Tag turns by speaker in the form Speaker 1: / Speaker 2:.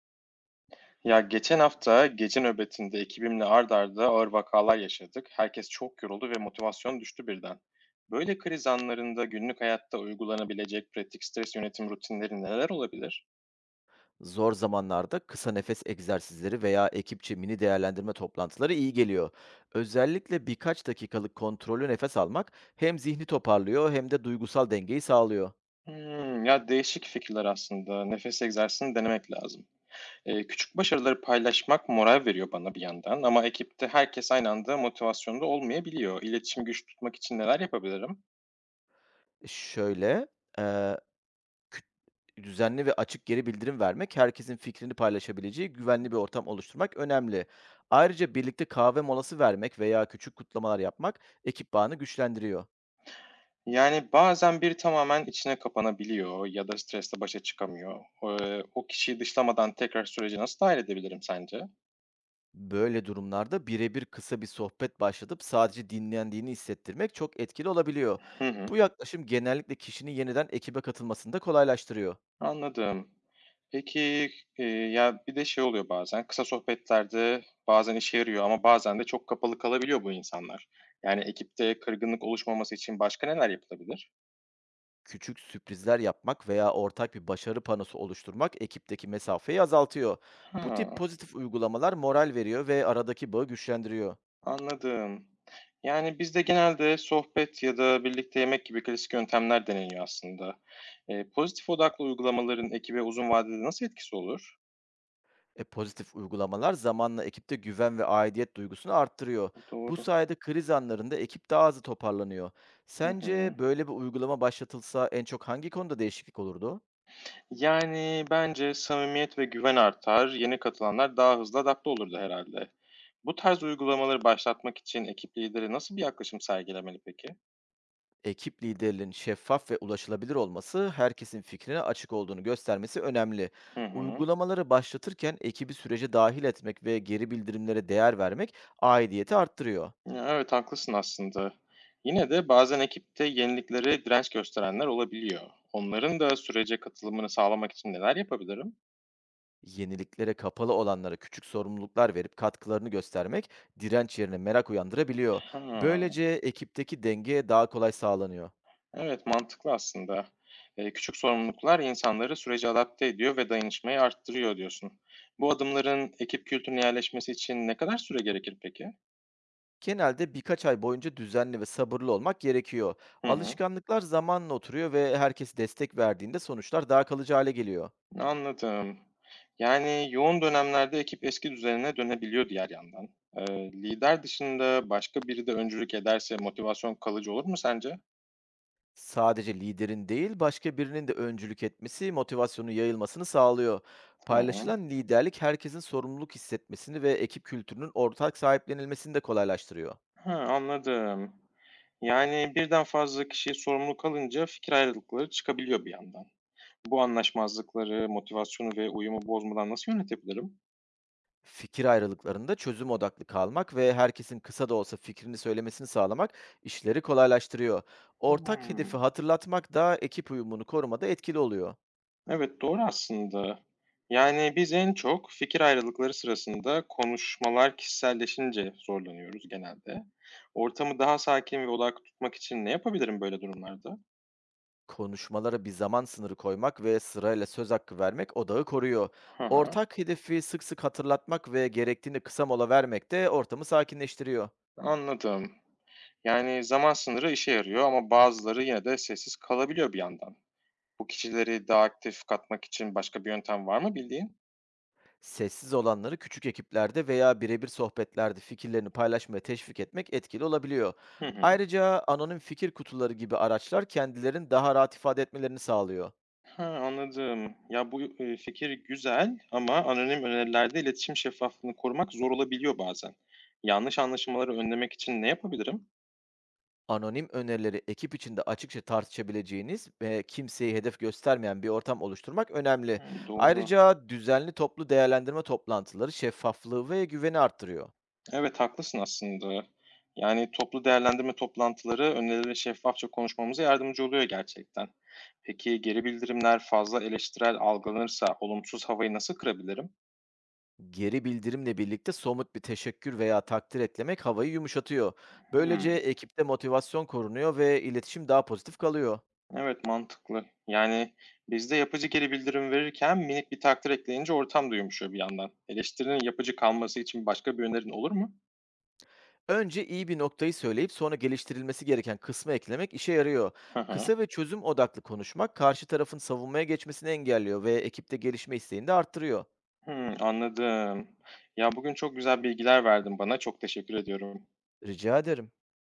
Speaker 1: Ya geçen hafta gece nöbetinde ekibimle ard arda ağır vakalar yaşadık. Herkes çok yoruldu ve motivasyon düştü birden. Böyle kriz anlarında günlük hayatta uygulanabilecek pratik stres yönetim rutinleri neler olabilir?
Speaker 2: Zor zamanlarda kısa nefes egzersizleri veya ekipçe mini değerlendirme toplantıları iyi geliyor. Özellikle birkaç dakikalık kontrollü nefes almak hem zihni toparlıyor hem de duygusal dengeyi sağlıyor.
Speaker 1: Hmm, ya değişik fikirler aslında. Nefes egzersizini denemek lazım. Küçük başarıları paylaşmak moral veriyor bana bir yandan ama ekipte herkes aynı anda motivasyonda olmayabiliyor. İletişimi güç tutmak için neler yapabilirim?
Speaker 2: Şöyle, eee, düzenli ve açık geri bildirim vermek, herkesin fikrini paylaşabileceği güvenli bir ortam oluşturmak önemli. Ayrıca birlikte kahve molası vermek veya küçük kutlamalar yapmak ekip bağını güçlendiriyor.
Speaker 1: Yani, bazen biri tamamen içine kapanabiliyor ya da stresle başa çıkamıyor. O kişiyi dışlamadan tekrar sürece nasıl dâhil edebilirim sence?
Speaker 2: Böyle durumlarda birebir kısa bir sohbet başlatıp sadece dinlendiğini hissettirmek çok etkili olabiliyor.
Speaker 1: Hı
Speaker 2: Bu
Speaker 1: hı.
Speaker 2: yaklaşım genellikle kişinin yeniden ekibe katılmasını da kolaylaştırıyor.
Speaker 1: Anladım. Peki, ya, bir de şey oluyor bazen, kısa sohbetlerde bazen işe yarıyor ama bazen de çok kapalı kalabiliyor bu insanlar. Yani, ekipte kırgınlık oluşmaması için başka neler yapılabilir?
Speaker 2: Küçük sürprizler yapmak veya ortak bir başarı panosu oluşturmak ekipteki mesafeyi azaltıyor. Bu tip
Speaker 1: Ha.
Speaker 2: pozitif uygulamalar moral veriyor ve aradaki bağı güçlendiriyor.
Speaker 1: Anladım. Yani bizde genelde sohbet ya da birlikte yemek gibi klasik yöntemler deneniyor aslında. Pozitif odaklı uygulamaların ekibe uzun vadede nasıl etkisi olur?
Speaker 2: Pozitif uygulamalar zamanla ekipte güven ve aidiyet duygusunu arttırıyor. Bu
Speaker 1: Doğru.
Speaker 2: sayede kriz anlarında ekip daha hızlı toparlanıyor.
Speaker 1: Hı hı.
Speaker 2: Sence böyle bir uygulama başlatılsa en çok hangi konuda değişiklik olurdu?
Speaker 1: Yani bence samimiyet ve güven artar, yeni katılanlar daha hızlı adapte olurdu herhalde. Bu tarz uygulamaları başlatmak için ekip lideri nasıl bir yaklaşım sergilemeli peki?
Speaker 2: Ekip liderinin şeffaf ve ulaşılabilir olması, herkesin fikrine açık olduğunu göstermesi önemli.
Speaker 1: Hı hı.
Speaker 2: Uygulamaları başlatırken ekibi sürece dahil etmek ve geri bildirimlere değer vermek aidiyeti arttırıyor.
Speaker 1: Ya, evet, haklısın aslında. Yine de bazen ekipte yeniliklere direnç gösterenler olabiliyor. Onların da sürece katılımını sağlamak için neler yapabilirim?
Speaker 2: Yeniliklere kapalı olanlara küçük sorumluluklar verip katkılarını göstermek direnç yerine merak uyandırabiliyor.
Speaker 1: Ha,
Speaker 2: Böylece ekipteki denge daha kolay sağlanıyor.
Speaker 1: evet, mantıklı aslında. Küçük sorumluluklar insanları sürece adapte ediyor ve dayanışmayı arttırıyor diyorsun. Bu adımların ekip kültürüne yerleşmesi için ne kadar süre gerekir peki?
Speaker 2: Genelde birkaç ay boyunca düzenli ve sabırlı olmak gerekiyor.
Speaker 1: Hı hı.
Speaker 2: Alışkanlıklar zamanla oturuyor ve herkes destek verdiğinde sonuçlar daha kalıcı hale geliyor.
Speaker 1: Anladım. Yani yoğun dönemlerde ekip eski düzenine dönebiliyor diğer yandan. Lider dışında başka biri de öncülük ederse motivasyon kalıcı olur mu sence?
Speaker 2: Sadece liderin değil, başka birinin de öncülük etmesi motivasyonun yayılmasını sağlıyor.
Speaker 1: Tamam.
Speaker 2: Paylaşılan liderlik herkesin sorumluluk hissetmesini ve ekip kültürünün ortak sahiplenilmesini de kolaylaştırıyor.
Speaker 1: Ha, anladım. Yani birden fazla kişi sorumlu kalınca fikir ayrılıkları çıkabiliyor bir yandan. Bu anlaşmazlıkları, motivasyonu ve uyumu bozmadan nasıl yönetebilirim?
Speaker 2: Fikir ayrılıklarında çözüm odaklı kalmak ve herkesin kısa da olsa fikrini söylemesini sağlamak işleri kolaylaştırıyor. Ortak hedefi
Speaker 1: Hmm.
Speaker 2: hatırlatmak da ekip uyumunu korumada etkili oluyor.
Speaker 1: Evet, doğru aslında. Yani, biz en çok fikir ayrılıkları sırasında konuşmalar kişiselleşince zorlanıyoruz genelde. Ortamı daha sakin ve odaklı tutmak için ne yapabilirim böyle durumlarda?
Speaker 2: Konuşmalara bir zaman sınırı koymak ve sırayla söz hakkı vermek odağı koruyor.
Speaker 1: Hı hı,
Speaker 2: Ortak hedefi sık sık hatırlatmak ve gerektiğinde kısa mola vermek de ortamı sakinleştiriyor.
Speaker 1: anladım. Yani, zaman sınırı işe yarıyor ama bazıları yine de sessiz kalabiliyor bir yandan. Bu kişileri daha aktif katmak için başka bir yöntem var mı bildiğin?
Speaker 2: Sessiz olanları küçük ekiplerde veya birebir sohbetlerde fikirlerini paylaşmaya teşvik etmek etkili olabiliyor.
Speaker 1: Hı hı.
Speaker 2: Ayrıca anonim fikir kutuları gibi araçlar kendilerini daha rahat ifade etmelerini sağlıyor.
Speaker 1: Ha, anladım. Ya, bu, fikir güzel ama anonim önerilerde iletişim şeffaflığını korumak zor olabiliyor bazen. Yanlış anlaşılmaları önlemek için ne yapabilirim?
Speaker 2: Anonim önerileri ekip içinde açıkça tartışabileceğiniz ve kimseyi hedef göstermeyen bir ortam oluşturmak önemli.
Speaker 1: Hımm, doğru.
Speaker 2: Ayrıca düzenli toplu değerlendirme toplantıları şeffaflığı ve güveni arttırıyor.
Speaker 1: Evet, haklısın aslında. Yani, toplu değerlendirme toplantıları önerileri şeffafça konuşmamıza yardımcı oluyor gerçekten. Peki, geri bildirimler fazla eleştirel algılanırsa olumsuz havayı nasıl kırabilirim?
Speaker 2: Geri bildirimle birlikte somut bir teşekkür veya takdir eklemek havayı yumuşatıyor. Böylece
Speaker 1: Hımm.
Speaker 2: ekipte motivasyon korunuyor ve iletişim daha pozitif kalıyor.
Speaker 1: Evet, mantıklı. Yani bizde yapıcı geri bildirim verirken minik bir takdir ekleyince ortam da yumuşuyor bir yandan. Eleştirinin yapıcı kalması için başka bir önerin olur mu?
Speaker 2: Önce iyi bir noktayı söyleyip sonra geliştirilmesi gereken kısmı eklemek işe yarıyor.
Speaker 1: Hı hı.
Speaker 2: Kısa ve çözüm odaklı konuşmak karşı tarafın savunmaya geçmesini engelliyor ve ekipte gelişme isteğini de arttırıyor.
Speaker 1: Hı, anladım. Ya bugün çok güzel bilgiler verdin bana. Çok teşekkür ediyorum.
Speaker 2: Rica ederim.